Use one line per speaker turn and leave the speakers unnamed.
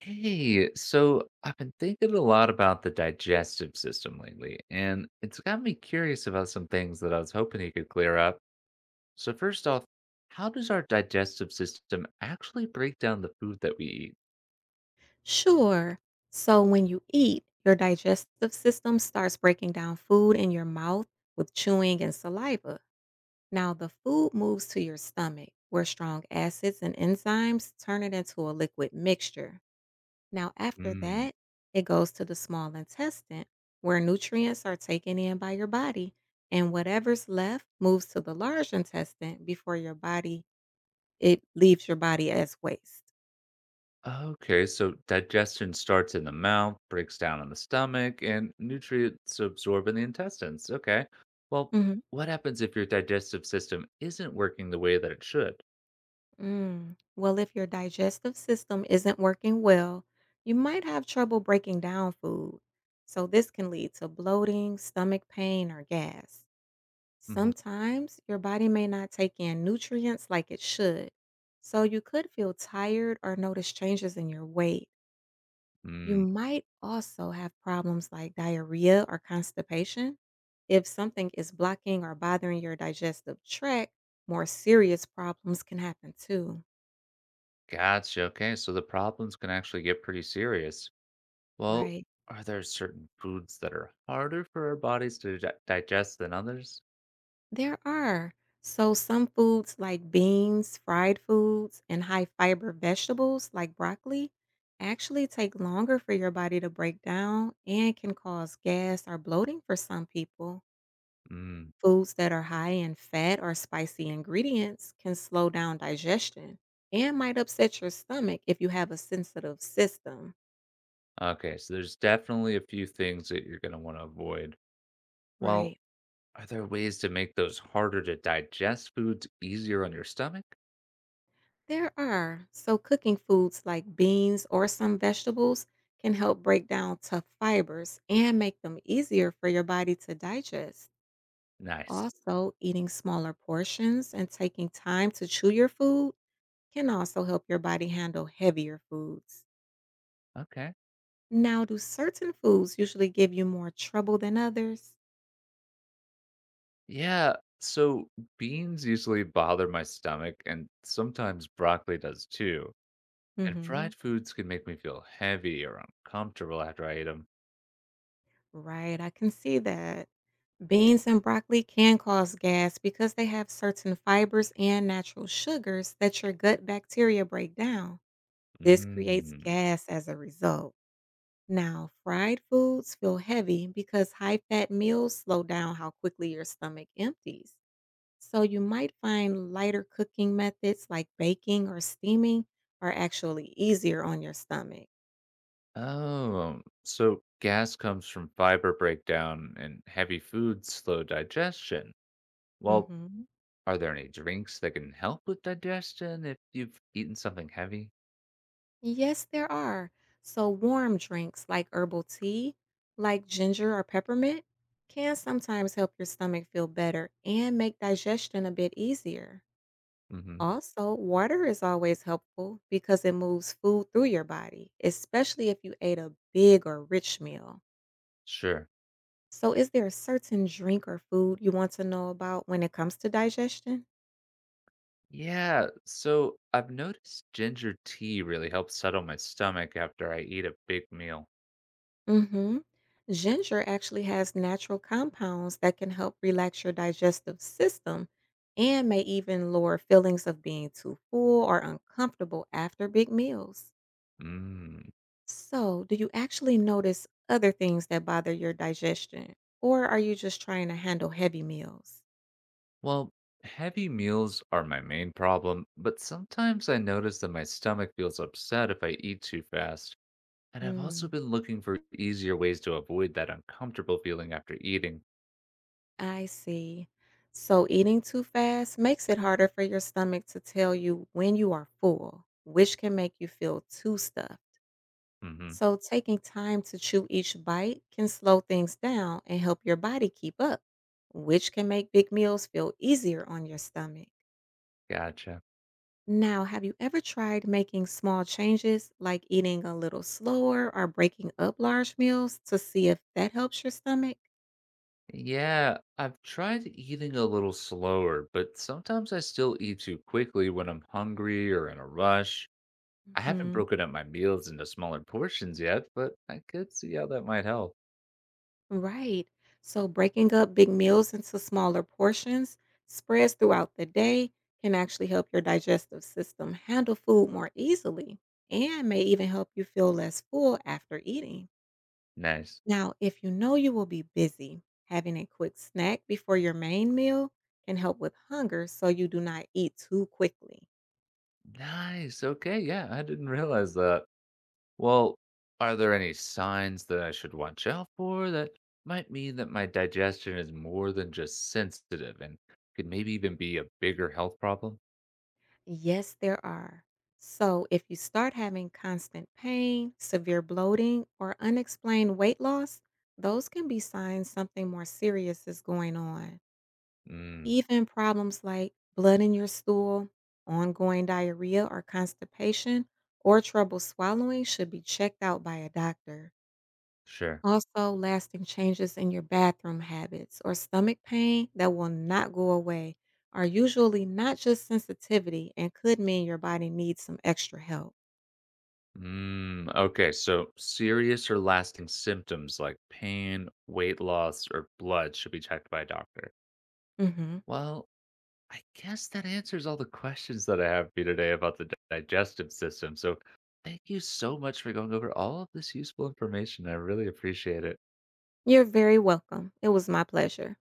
Hey, so I've been thinking a lot about the digestive system lately, and it's got me curious about some things that I was hoping you could clear up. So, first off, how does our digestive system actually break down the food that we eat?
Sure. So when you eat, your digestive system starts breaking down food in your mouth with chewing and saliva. Now, the food moves to your stomach, where strong acids and enzymes turn it into a liquid mixture. Now, after
Mm.
that, it goes to the small intestine, where nutrients are taken in by your body, and whatever's left moves to the large intestine before your body it leaves your body as waste.
Okay, so digestion starts in the mouth, breaks down in the stomach, and nutrients absorb in the intestines. Okay. Well,
Mhm.
what happens if your digestive system isn't working the way that it should?
Mm. Well, if your digestive system isn't working well, you might have trouble breaking down food. So, this can lead to bloating, stomach pain, or gas. Sometimes your body may not take in nutrients like it should. So, you could feel tired or notice changes in your weight. You
Hmm
might also have problems like diarrhea or constipation. If something is blocking or bothering your digestive tract, more serious problems can happen too,
Gotcha. Okay, so the problems can actually get pretty serious. Well,
right?
are there certain foods that are harder for our bodies to digest than others?
There are. So, some foods like beans, fried foods, and high fiber vegetables like broccoli actually take longer for your body to break down and can cause gas or bloating for some people.
Mm.
Foods that are high in fat or spicy ingredients can slow down digestion and might upset your stomach if you have a sensitive system.
Okay, so there's definitely a few things that you're going to want to avoid. Well,
Right.
are there ways to make those harder to digest foods easier on your stomach?
There are. So, cooking foods like beans or some vegetables can help break down tough fibers and make them easier for your body to digest.
Nice.
Also, eating smaller portions and taking time to chew your food can also help your body handle heavier foods.
Okay.
Now, do certain foods usually give you more trouble than others?
Yeah, so beans usually bother my stomach, and sometimes broccoli does too. And
Hmm.
fried foods can make me feel heavy or uncomfortable after I eat 'em.
Right, I can see that. Beans and broccoli can cause gas because they have certain fibers and natural sugars that your gut bacteria break down. This creates
Mm.
gas as a result. Now, fried foods feel heavy because high fat meals slow down how quickly your stomach empties. So, you might find lighter cooking methods like baking or steaming are actually easier on your stomach.
Oh, so gas comes from fiber breakdown and heavy foods slow digestion. Well,
Mhm.
are there any drinks that can help with digestion if you've eaten something heavy?
Yes, there are. So, warm drinks like herbal tea, like ginger or peppermint, can sometimes help your stomach feel better and make digestion a bit easier.
Mm-hmm.
Also, water is always helpful because it moves food through your body, especially if you ate a big or rich meal.
Sure.
So, is there a certain drink or food you want to know about when it comes to digestion?
Yeah, so I've noticed ginger tea really helps settle my stomach after I eat a big meal.
Mhm. Ginger actually has natural compounds that can help relax your digestive system and may even lower feelings of being too full or uncomfortable after big meals.
Mm.
So, do you actually notice other things that bother your digestion, or are you just trying to handle heavy meals?
Well, heavy meals are my main problem, but sometimes I notice that my stomach feels upset if I eat too fast. And I've also
Mm,
been looking for easier ways to avoid that uncomfortable feeling after eating.
I see. So, eating too fast makes it harder for your stomach to tell you when you are full, which can make you feel too stuffed.
Hmm
So, taking time to chew each bite can slow things down and help your body keep up, which can make big meals feel easier on your stomach.
Gotcha.
Now, have you ever tried making small changes like eating a little slower or breaking up large meals to see if that helps your stomach?
Yeah, I've tried eating a little slower, but sometimes I still eat too quickly when I'm hungry or in a rush. I haven't
Mhm.
broken up my meals into smaller portions yet, but I could see how that might help.
Right. So breaking up big meals into smaller portions spreads throughout the day can actually help your digestive system handle food more easily and may even help you feel less full after eating.
Nice.
Now, if you know you will be busy, having a quick snack before your main meal can help with hunger so you do not eat too quickly.
Nice. Okay. Yeah, I didn't realize that. Well, are there any signs that I should watch out for that might mean that my digestion is more than just sensitive and could maybe even be a bigger health problem?
Yes, there are. So, if you start having constant pain, severe bloating, or unexplained weight loss, those can be signs something more serious is going on.
Mm,
Even problems like blood in your stool, ongoing diarrhea or constipation, or trouble swallowing should be checked out by a doctor.
sure.
Also, lasting changes in your bathroom habits or stomach pain that will not go away are usually not just sensitivity and could mean your body needs some extra help.
Mm, okay, so serious or lasting symptoms like pain, weight loss, or blood should be checked by a doctor.
Mhm.
Well, I guess that answers all the questions that I have for you today about the digestive system. So, thank you so much for going over all of this useful information. I really appreciate it.
You're very welcome. It was my pleasure.